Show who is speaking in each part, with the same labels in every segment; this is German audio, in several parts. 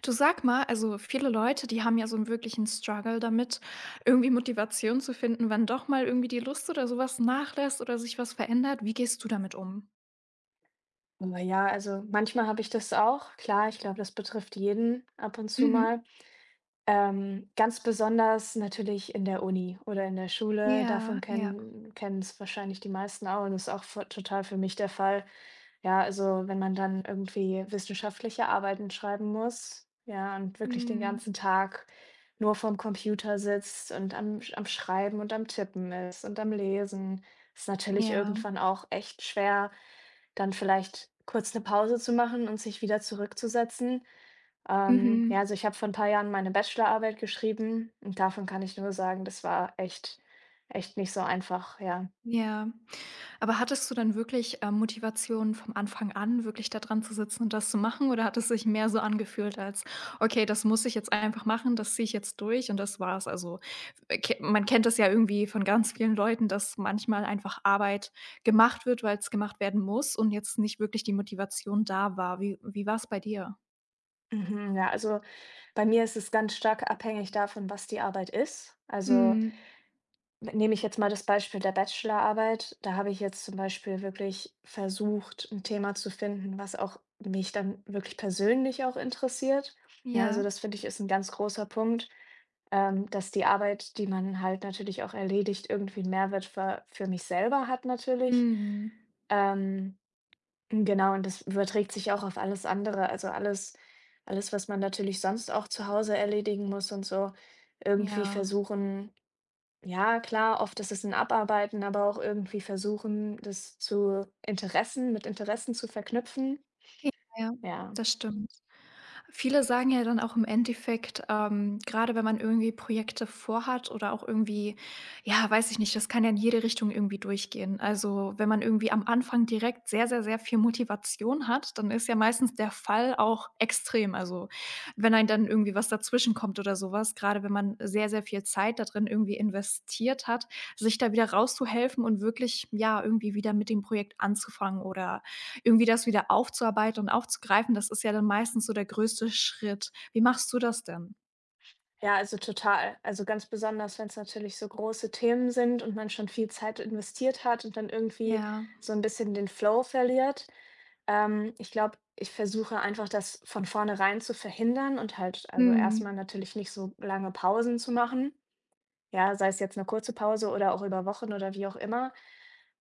Speaker 1: Du sag mal, also viele Leute, die haben ja so 'n wirklichen Struggle damit, irgendwie Motivation zu finden, wann doch mal irgendwie die Lust oder so was nachlässt oder sich was verändert. Wie gehst du damit um?
Speaker 2: Aber ja, also manchmal habe ich das auch. Klar, ich glaube, das betrifft jeden ab und zu mal.
Speaker 1: Mhm.
Speaker 2: Ganz besonders natürlich in der Uni oder in der Schule.
Speaker 1: Ja,
Speaker 2: Davon
Speaker 1: ja.
Speaker 2: kennen es wahrscheinlich die meisten auch und das ist auch total für mich der Fall. Ja, also wenn man dann irgendwie wissenschaftliche Arbeiten schreiben muss, ja, und wirklich den
Speaker 1: Mhm.
Speaker 2: ganzen Tag nur vorm Computer sitzt und am Schreiben und am Tippen ist und am Lesen, ist natürlich
Speaker 1: Ja.
Speaker 2: irgendwann auch echt schwer, dann vielleicht kurz eine Pause zu machen und sich wieder zurückzusetzen. Ja,
Speaker 1: Mhm.
Speaker 2: also ich habe vor ein paar Jahren meine Bachelorarbeit geschrieben und davon kann ich nur sagen, das war echt, echt nicht so einfach, ja.
Speaker 1: Ja. Aber hattest du dann wirklich, Motivation vom Anfang an, wirklich da dran zu sitzen und das zu machen oder hat es sich mehr so angefühlt als: „Okay, das muss ich jetzt einfach machen, das ziehe ich jetzt durch und das war's?“ Also, ke man kennt das ja irgendwie von ganz vielen Leuten, dass manchmal einfach Arbeit gemacht wird, weil es gemacht werden muss und jetzt nicht wirklich die Motivation da war. Wie war es bei dir?
Speaker 2: Mhm, ja, also bei mir ist es ganz stark abhängig davon, was die Arbeit ist. Also
Speaker 1: Mhm.
Speaker 2: nehme ich jetzt mal das Beispiel der Bachelorarbeit. Da habe ich jetzt zum Beispiel wirklich versucht, ein Thema zu finden, was auch mich dann wirklich persönlich auch interessiert. Ja, also
Speaker 1: Ja.
Speaker 2: das finde ich, ist ein ganz großer Punkt, dass die Arbeit, die man halt natürlich auch erledigt, irgendwie 'n Mehrwert für mich selber hat
Speaker 1: Ja.
Speaker 2: natürlich.
Speaker 1: Mhm.
Speaker 2: Ähm Genau, und das überträgt sich auch auf alles andere. Also alles, was man natürlich sonst auch zu Hause erledigen muss und so, irgendwie
Speaker 1: Ja.
Speaker 2: versuchen, ja klar, oft ist es 'n Abarbeiten, aber auch irgendwie versuchen, das zu Interessen mit Interessen zu verknüpfen.
Speaker 1: Ja. Ja,
Speaker 2: Ja.
Speaker 1: das stimmt. Viele sagen ja dann auch im Endeffekt, grade wenn man irgendwie Projekte vorhat oder auch irgendwie ja, weiß ich nicht, das kann ja in jede Richtung irgendwie durchgehen. Also, wenn man irgendwie am Anfang direkt sehr, sehr, sehr viel Motivation hat, dann ist ja meistens der Fall auch extrem. Also, wenn einem dann irgendwie was dazwischen kommt oder sowas, gerade wenn man sehr, sehr viel Zeit da drin irgendwie investiert hat, sich da wieder rauszuhelfen und wirklich, ja, irgendwie wieder mit dem Projekt anzufangen oder irgendwie das wieder aufzuarbeiten und aufzugreifen, das ist ja dann meistens so der größte Schritt. Wie machst du das denn?
Speaker 2: Ja, also total. Also ganz besonders, wenn es natürlich so große Themen sind und man schon viel Zeit investiert hat und dann irgendwie
Speaker 1: Ja,
Speaker 2: so ein bisschen den Flow verliert. Ich glaube, ich versuche einfach, das von vornherein zu verhindern und halt also erstmal
Speaker 1: mhm.
Speaker 2: natürlich nicht so lange Pausen zu machen. Ja, sei es jetzt eine kurze Pause oder auch über Wochen oder wie auch immer.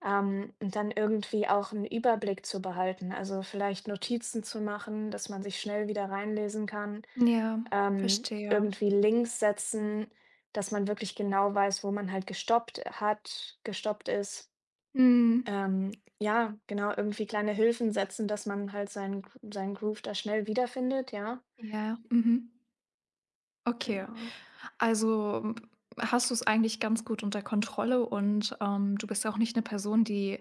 Speaker 2: Und dann irgendwie auch einen Überblick zu behalten, also vielleicht Notizen zu machen, dass man sich schnell wieder reinlesen kann,
Speaker 1: Ja, verstehe.
Speaker 2: irgendwie Links setzen, dass man wirklich genau weiß, wo man halt gestoppt ist.
Speaker 1: Mhm.
Speaker 2: Ja, genau, irgendwie kleine Hilfen setzen, dass man halt seinen Gr seinen Groove da schnell wiederfindet, ja,
Speaker 1: Ja, mhm. Okay.
Speaker 2: genau.
Speaker 1: Also, hast du es eigentlich ganz gut unter Kontrolle und, du bist ja auch nicht eine Person, die,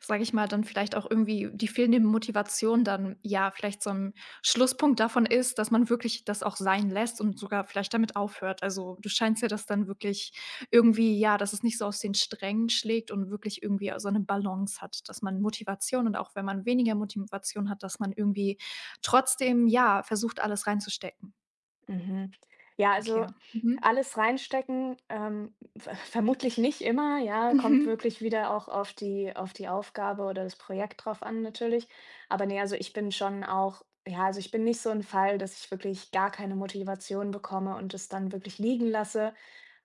Speaker 1: sage ich mal, dann vielleicht auch irgendwie die fehlende Motivation dann, ja, vielleicht so 'n Schlusspunkt davon ist, dass man wirklich das auch sein lässt und sogar vielleicht damit aufhört. Also, du scheinst ja das dann wirklich irgendwie ja, dass es nicht so aus den Strängen schlägt und wirklich irgendwie so eine Balance hat, dass man Motivation und auch wenn man weniger Motivation hat, dass man irgendwie trotzdem, ja, versucht, alles reinzustecken.
Speaker 2: Mhm. Ja,
Speaker 1: Okay.
Speaker 2: also
Speaker 1: Mhm.
Speaker 2: alles reinstecken, ver vermutlich nicht immer, ja, kommt
Speaker 1: Mhm.
Speaker 2: wirklich wieder auch auf die Aufgabe oder das Projekt drauf an natürlich. Aber ne, also ich bin schon auch ja, also ich bin nicht so ein Fall, dass ich wirklich gar keine Motivation bekomme und es dann wirklich liegen lasse.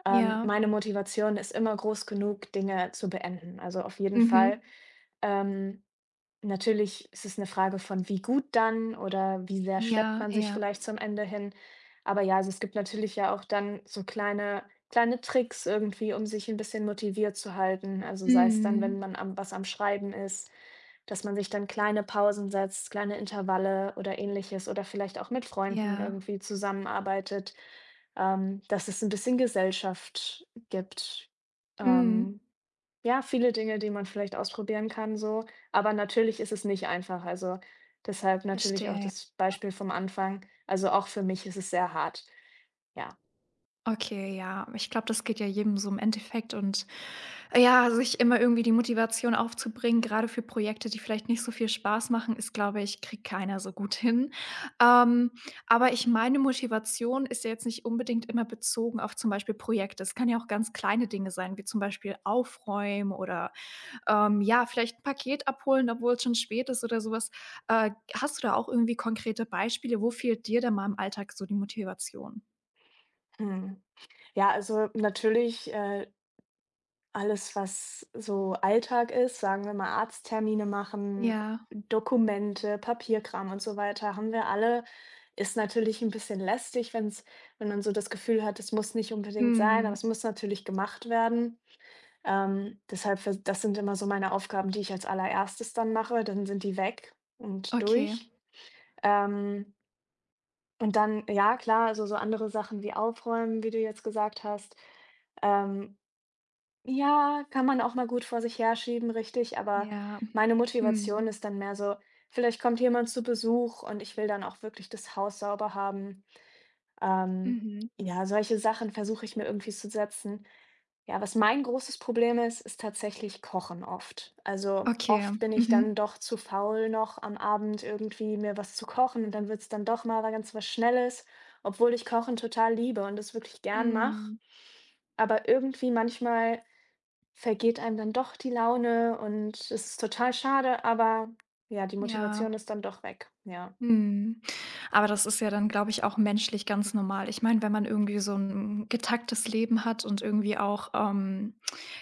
Speaker 1: Ja.
Speaker 2: Meine Motivation ist immer groß genug, Dinge zu beenden. Also auf jeden
Speaker 1: Mhm.
Speaker 2: Fall, ähm, natürlich ist es eine Frage von, wie gut dann oder wie sehr schleppt
Speaker 1: Ja,
Speaker 2: man sich
Speaker 1: ja.
Speaker 2: vielleicht zum Ende hin. Aber ja, also, es gibt natürlich ja auch dann so kleine Tricks irgendwie, um sich ein bisschen motiviert zu halten. Also, sei es dann, wenn
Speaker 1: Mhm.
Speaker 2: man am was am Schreiben ist, dass man sich dann kleine Pausen setzt, kleine Intervalle oder Ähnliches oder vielleicht auch mit Freunden
Speaker 1: Ja.
Speaker 2: irgendwie zusammenarbeitet, dass es ein bisschen Gesellschaft gibt.
Speaker 1: Mhm.
Speaker 2: Ähm ja, viele Dinge, die man vielleicht ausprobieren kann so, aber natürlich ist es nicht einfach. Also, deshalb natürlich
Speaker 1: Verstehe,
Speaker 2: auch
Speaker 1: ja.
Speaker 2: das Beispiel vom Anfang. Also, auch für mich ist es sehr hart. Ja.
Speaker 1: Okay, ja. Ich glaube, das geht ja jedem so im Endeffekt und ja, sich immer irgendwie die Motivation aufzubringen, gerade für Projekte, die vielleicht nicht so viel Spaß machen, ist, glaube ich, kriegt keiner so gut hin. Ähm, aber ich meine, Motivation ist ja jetzt nicht unbedingt immer bezogen auf zum Beispiel Projekte. Es kann ja auch ganz kleine Dinge sein, wie zum Beispiel Aufräumen oder ja, vielleicht 'n Paket abholen, obwohl es schon spät ist oder sowas. Hast du da auch irgendwie konkrete Beispiele? Wo fehlt dir denn mal im Alltag so die Motivation?
Speaker 2: Mhm. Ja, also, natürlich, alles, was so Alltag ist, sagen wir mal Arzttermine machen,
Speaker 1: Ja.
Speaker 2: Dokumente, Papierkram und so weiter, haben wir alle. Ist natürlich ein bisschen lästig, wenn man so das Gefühl hat, es muss nicht unbedingt sein, aber
Speaker 1: Mhm.
Speaker 2: es muss natürlich gemacht werden. Deshalb vers das sind immer so meine Aufgaben, die ich als Allererstes dann mache, dann sind die weg und
Speaker 1: Okay.
Speaker 2: durch. Ähm, und dann, ja klar, also so andere Sachen wie Aufräumen, wie du jetzt gesagt hast, ähm, ja, kann man auch mal gut vor sich herschieben, richtig, aber
Speaker 1: Ja.
Speaker 2: meine
Speaker 1: Mhm.
Speaker 2: Motivation ist dann mehr so, vielleicht kommt jemand zu Besuch und ich will dann auch wirklich das Haus sauber haben. Ähm,
Speaker 1: Mhm.
Speaker 2: ja, solche Sachen versuche ich mir irgendwie zu setzen. Ja, was mein großes Problem ist, ist tatsächlich Kochen oft. Also
Speaker 1: Okay.
Speaker 2: oft bin ich dann
Speaker 1: Mhm.
Speaker 2: doch zu faul noch am Abend irgendwie mir was zu kochen und dann wird's dann doch ganz was Schnelles, obwohl ich Kochen total liebe und das wirklich gern mache.
Speaker 1: Mhm.
Speaker 2: Aber irgendwie manchmal vergeht einem dann doch die Laune und es ist total schade, aber ja, die
Speaker 1: Ja.
Speaker 2: Motivation ist dann doch weg. Ja.
Speaker 1: Mhm. Aber das ist ja dann, glaube ich, auch menschlich ganz normal. Ich meine, wenn man irgendwie so ein getaktes Leben hat und irgendwie auch,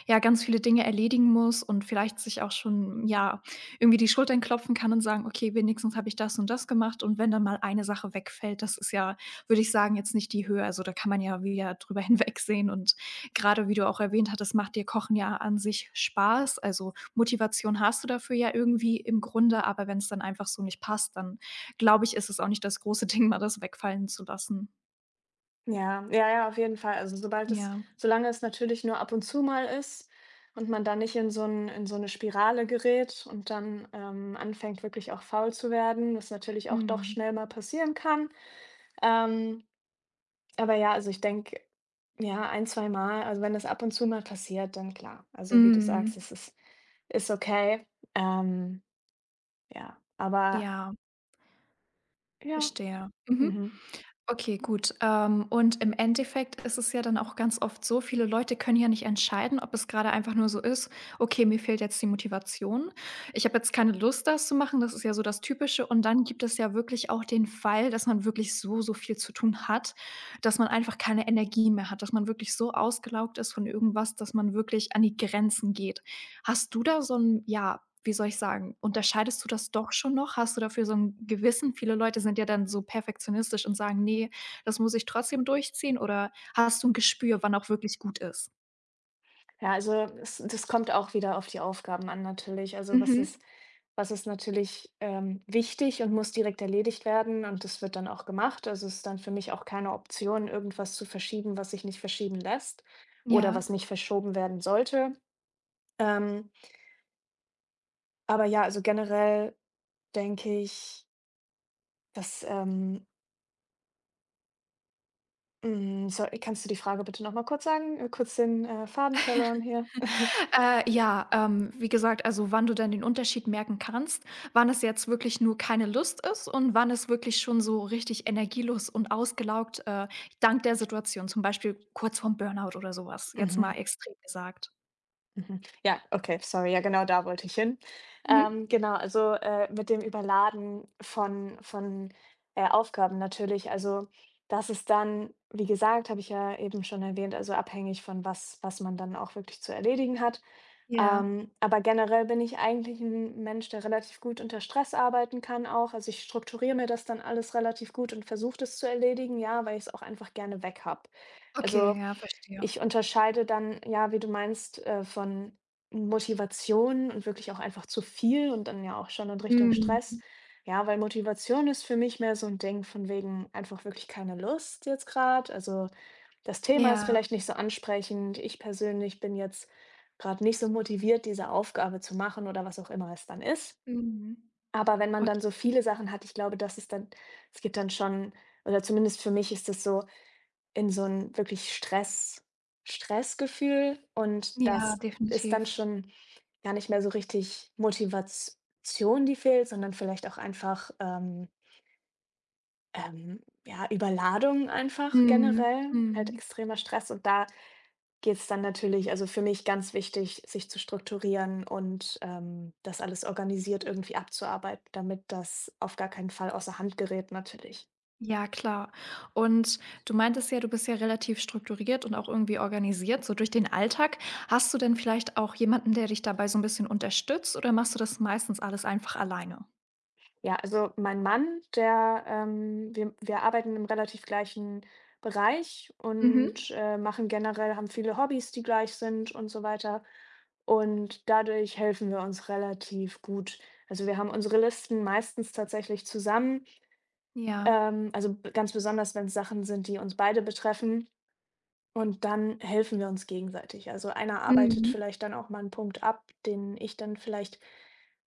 Speaker 1: ja, ganz viele Dinge erledigen muss und vielleicht sich auch schon, ja, irgendwie die Schultern klopfen kann und sagen: „Okay, wenigstens habe ich das und das gemacht.“ Und wenn dann mal eine Sache wegfällt, das ist ja, würde ich sagen, jetzt nicht die Höhe. Also, da kann man ja wieder drüber hinwegsehen. Und gerade wie du auch erwähnt hattest, macht dir Kochen ja an sich Spaß. Also, Motivation hast du dafür ja irgendwie im Grunde, aber wenn es dann einfach so nicht passt, dann, glaube ich, ist es auch nicht das große Ding, mal das wegfallen zu lassen.
Speaker 2: Ja, ja, ja, auf jeden Fall. Also, sobald es
Speaker 1: Ja.
Speaker 2: Solange es natürlich nur ab und zu mal ist und man da nicht in so eine Spirale gerät und dann, anfängt, wirklich auch faul zu werden, was natürlich auch doch
Speaker 1: Mhm.
Speaker 2: schnell mal passieren kann. Ähm, aber ja, also, ich denke, ja, ein zwei Mal, also, wenn das ab und zu mal passiert, dann klar. Also, wie du sagst,
Speaker 1: Mhm.
Speaker 2: es ist okay. Ähm, ja, aber
Speaker 1: Ja,
Speaker 2: ja,
Speaker 1: verstehe. Mhm.
Speaker 2: mhm.
Speaker 1: Okay, gut. Und im Endeffekt ist es ja dann auch ganz oft so, viele Leute können ja nicht entscheiden, ob es gerade einfach nur so ist: „Okay, mir fehlt jetzt die Motivation. Ich habe jetzt keine Lust, das zu machen.“ Das ist ja so das Typische. Und dann gibt es ja wirklich auch den Fall, dass man wirklich so, so viel zu tun hat, dass man einfach keine Energie mehr hat, dass man wirklich so ausgelaugt ist von irgendwas, dass man wirklich an die Grenzen geht. Hast du da so 'n ja, wie soll ich sagen, unterscheidest du das doch schon noch? Hast du dafür so 'n Gewissen? Viele Leute sind ja dann so perfektionistisch und sagen: „Ne, das muss ich trotzdem durchziehen.“ Oder hast du 'n Gespür, wann auch wirklich gut ist?
Speaker 2: Ja, also es, das kommt auch wieder auf die Aufgaben an natürlich. Also, was ist
Speaker 1: Mhm.
Speaker 2: was ist natürlich, wichtig und muss direkt erledigt werden und das wird dann auch gemacht. Also, es ist dann für mich auch keine Option, irgendwas zu verschieben, was sich nicht verschieben lässt oder
Speaker 1: Ja.
Speaker 2: was nicht verschoben werden sollte. Ähm, aber ja, also generell denke ich, dass, hm, soll kannst du die Frage bitte noch mal kurz sagen? Kurz den, Faden verloren hier.
Speaker 1: Ja, wie gesagt, also, wann du dann den Unterschied merken kannst, wann es jetzt wirklich nur keine Lust ist und wann es wirklich schon so richtig energielos und ausgelaugt, dank der Situation, zum Beispiel kurz vorm Burnout oder so was, jetzt
Speaker 2: Mhm.
Speaker 1: mal extrem gesagt.
Speaker 2: Mhm. Ja, okay, sorry. Ja, genau da wollte ich hin.
Speaker 1: Mhm.
Speaker 2: Genau, also, mit dem Überladen von Aufgaben natürlich. Also, das ist dann, wie gesagt, habe ich ja eben schon erwähnt, also abhängig von, was man dann auch wirklich zu erledigen hat.
Speaker 1: Ja.
Speaker 2: Aber generell bin ich eigentlich ein Mensch, der relativ gut unter Stress arbeiten kann auch. Also, ich strukturiere mir das dann alles relativ gut und versuche das zu erledigen, ja, weil ich es auch einfach gerne weg habe.
Speaker 1: Okay,
Speaker 2: Also
Speaker 1: ja, verstehe.
Speaker 2: ich unterscheide dann, ja, wie du meinst, von Motivation und wirklich auch einfach zu viel und dann ja auch schon in Richtung
Speaker 1: Mhm.
Speaker 2: Stress. Ja, weil Motivation ist für mich mehr so ein Ding von wegen einfach wirklich keine Lust jetzt gerade. Also, das Thema ist
Speaker 1: Ja.
Speaker 2: vielleicht nicht so ansprechend. Ich persönlich bin jetzt gerade nicht so motiviert, diese Aufgabe zu machen oder was auch immer es dann ist.
Speaker 1: Mhm.
Speaker 2: Aber wenn man dann
Speaker 1: Okay.
Speaker 2: so viele Sachen hat, ich glaube, das ist dann, es gibt dann schon, oder zumindest für mich ist es so in so ein wirklich Stressgefühl und
Speaker 1: Ja,
Speaker 2: das ist dann
Speaker 1: definitiv.
Speaker 2: schon gar nicht mehr so richtig Motivation, die fehlt, sondern vielleicht auch einfach, ja, Überladung einfach
Speaker 1: Mhm.
Speaker 2: generell, halt
Speaker 1: Mhm.
Speaker 2: extremer Stress und da geht's dann natürlich, also, für mich ganz wichtig, sich zu strukturieren und, das alles organisiert irgendwie abzuarbeiten, damit das auf gar keinen Fall außer Hand gerät natürlich.
Speaker 1: Ja, klar. Und du meintest ja, du bist ja relativ strukturiert und auch irgendwie organisiert, so durch den Alltag. Hast du denn vielleicht auch jemanden, der dich dabei so 'n bisschen unterstützt oder machst du das meistens alles einfach alleine?
Speaker 2: Ja, also mein Mann, der, wir arbeiten im relativ gleichen Bereich
Speaker 1: Mhm.
Speaker 2: und machen generell, haben viele Hobbys, die gleich sind und so weiter. Und dadurch helfen wir uns relativ gut. Also wir haben unsere Listen meistens tatsächlich zusammen.
Speaker 1: Ja.
Speaker 2: Ganz besonders, wenn es Sachen sind, die uns beide betreffen. Und dann helfen wir uns gegenseitig. Also, einer arbeitet
Speaker 1: Mhm.
Speaker 2: vielleicht dann auch mal einen Punkt ab, den ich dann vielleicht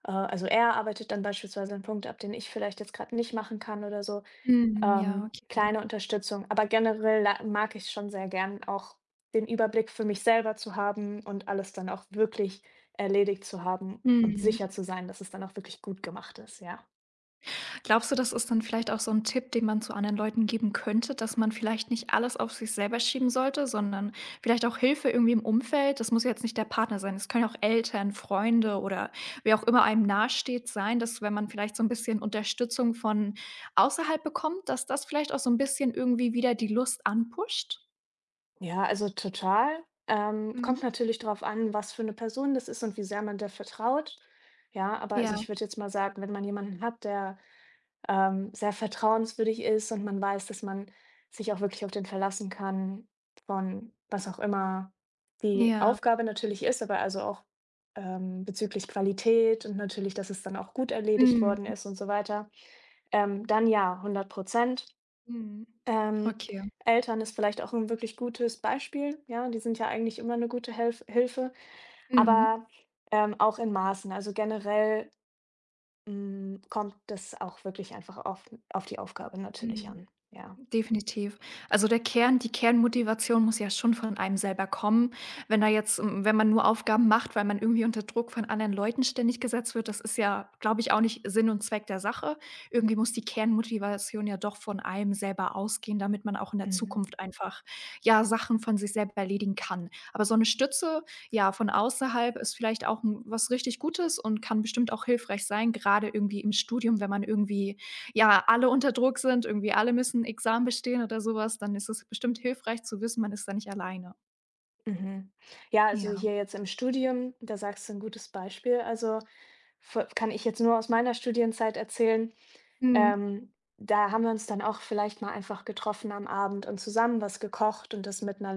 Speaker 2: äh, also, er arbeitet dann beispielsweise einen Punkt ab, den ich vielleicht jetzt gerade nicht machen kann oder so.
Speaker 1: Mhm. Ja, okay.
Speaker 2: Kleine Unterstützung. Aber generell la mag ich schon sehr gern, auch den Überblick für mich selber zu haben und alles dann auch wirklich erledigt zu haben und
Speaker 1: Mhm.
Speaker 2: sicher zu sein, dass es dann auch wirklich gut gemacht ist, ja.
Speaker 1: Glaubst du, das ist dann vielleicht auch so ein Tipp, den man zu anderen Leuten geben könnte, dass man vielleicht nicht alles auf sich selber schieben sollte, sondern vielleicht auch Hilfe irgendwie im Umfeld? Das muss ja jetzt nicht der Partner sein. Das können ja auch Eltern, Freunde oder wer auch immer einem nahesteht sein, dass wenn man vielleicht so ein bisschen Unterstützung von außerhalb bekommt, dass das vielleicht auch so ein bisschen irgendwie wieder die Lust anpusht?
Speaker 2: Ja, also total. Kommt
Speaker 1: Mhm.
Speaker 2: natürlich darauf an, was für eine Person das ist und wie sehr man der vertraut. Ja, aber also
Speaker 1: Ja,
Speaker 2: ich würde jetzt mal sagen, wenn man jemanden hat, der, sehr vertrauenswürdig ist und man weiß, dass man sich auch wirklich auf den verlassen kann, von was auch immer die
Speaker 1: ja.
Speaker 2: Aufgabe natürlich ist, aber also auch, bezüglich Qualität und natürlich, dass es dann auch gut erledigt worden
Speaker 1: Mhm,
Speaker 2: ist und so weiter, dann ja, 100%.
Speaker 1: mhm.
Speaker 2: Ähm,
Speaker 1: Okay.
Speaker 2: Eltern ist vielleicht auch ein wirklich gutes Beispiel, ja? Die sind ja eigentlich immer eine gute Helf Hilfe,
Speaker 1: Mhm.
Speaker 2: aber, auch in Maßen. Also, generell, kommt das auch wirklich einfach auf die Aufgabe natürlich
Speaker 1: Mhm.
Speaker 2: an, ja.
Speaker 1: Definitiv. Also der Kern Die Kernmotivation muss ja schon von einem selber kommen. Wenn da jetzt wenn man nur Aufgaben macht, weil man irgendwie unter Druck von anderen Leuten ständig gesetzt wird, das ist ja, glaube ich, auch nicht Sinn und Zweck der Sache. Irgendwie muss die Kernmotivation ja doch von einem selber ausgehen, damit man auch in der
Speaker 2: Mhm.
Speaker 1: Zukunft einfach, ja, Sachen von sich selber erledigen kann. Aber so eine Stütze, ja, von außerhalb ist vielleicht auch 'n was richtig Gutes und kann bestimmt auch hilfreich sein, gerade irgendwie im Studium, wenn man irgendwie ja, alle unter Druck sind, irgendwie alle müssen Examen bestehen oder sowas. Dann ist es bestimmt hilfreich zu wissen, man ist da nicht alleine.
Speaker 2: Mhm. Ja, also
Speaker 1: Ja.
Speaker 2: hier jetzt im Studium, da sagst du ein gutes Beispiel. Also, vo kann ich jetzt nur aus meiner Studienzeit erzählen.
Speaker 1: Mhm.
Speaker 2: Ähm, Da haben wir uns dann auch vielleicht mal einfach getroffen am Abend und zusammen was gekocht und das mit 'ner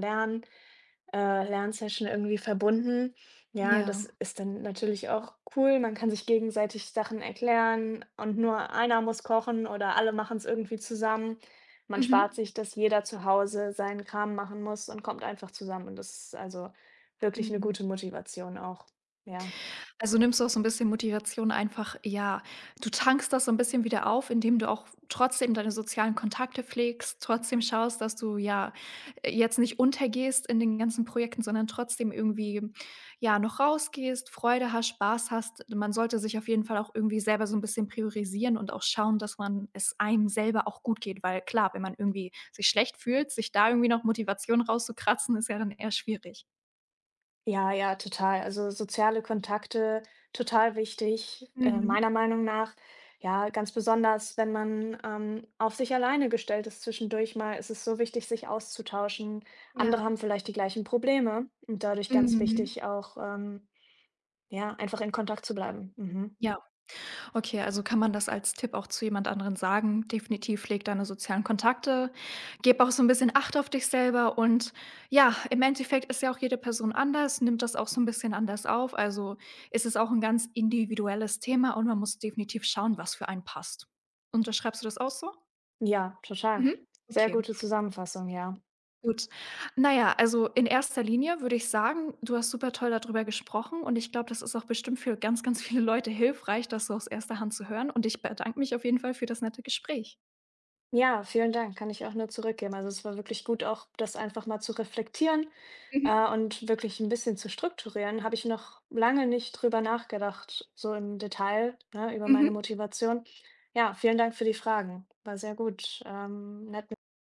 Speaker 2: Lernsession irgendwie verbunden. Ja, das
Speaker 1: Ja.
Speaker 2: ist dann natürlich auch cool. Man kann sich gegenseitig Sachen erklären und nur einer muss kochen oder alle machen es irgendwie zusammen. Man spart
Speaker 1: Mhm.
Speaker 2: sich, dass jeder zu Hause seinen Kram machen muss und kommt einfach zusammen. Und das ist also wirklich eine
Speaker 1: Mhm.
Speaker 2: gute Motivation auch. Ja.
Speaker 1: Also nimmst du auch so ein bisschen Motivation einfach ja, du tankst das so ein bisschen wieder auf, indem du auch trotzdem deine sozialen Kontakte pflegst, trotzdem schaust, dass du ja, jetzt nicht untergehst in den ganzen Projekten, sondern trotzdem irgendwie, ja, noch rausgehst, Freude hast, Spaß hast. Man sollte sich auf jeden Fall auch irgendwie selber so ein bisschen priorisieren und auch schauen, dass man es einem selber auch gut geht, weil klar, wenn man irgendwie sich schlecht fühlt, sich da irgendwie noch Motivation rauszukratzen, ist ja dann eher schwierig.
Speaker 2: Ja, ja, total. Also soziale Kontakte, total wichtig, meiner
Speaker 1: Mhm.
Speaker 2: Meinung nach. Ja, ganz besonders, wenn man auf sich alleine gestellt ist zwischendurch mal, ist es so wichtig, sich auszutauschen. Andere
Speaker 1: Ja.
Speaker 2: haben vielleicht die gleichen Probleme und dadurch ganz
Speaker 1: Mhm.
Speaker 2: wichtig auch, ja, einfach in Kontakt zu bleiben. Mhm.
Speaker 1: Ja. Okay, also kann man das als Tipp auch zu jemand anderen sagen. Definitiv, pfleg deine sozialen Kontakte, gib auch so ein bisschen Acht auf dich selber und ja, im Endeffekt ist ja auch jede Person anders, nimmt das auch so ein bisschen anders auf. Also, ist es auch ein ganz individuelles Thema und man muss definitiv schauen, was für einen passt. Unterschreibst du das auch so?
Speaker 2: Ja, total.
Speaker 1: Mhm.
Speaker 2: Sehr
Speaker 1: Okay.
Speaker 2: gute Zusammenfassung, ja.
Speaker 1: Gut. Na ja, also, in erster Linie würde ich sagen, du hast super toll darüber gesprochen und ich glaube, das ist auch bestimmt für ganz, ganz viele Leute hilfreich, das so aus erster Hand zu hören und ich bedanke mich auf jeden Fall für das nette Gespräch.
Speaker 2: Ja, vielen Dank, kann ich auch nur zurückgeben. Also es war wirklich gut, auch das einfach mal zu reflektieren.
Speaker 1: Mhm.
Speaker 2: Und wirklich ein bisschen zu strukturieren, habe ich noch lange nicht drüber nachgedacht, so im Detail, ne, über meine
Speaker 1: Mhm.
Speaker 2: Motivation. Ja, vielen Dank für die Fragen. War sehr gut. Nett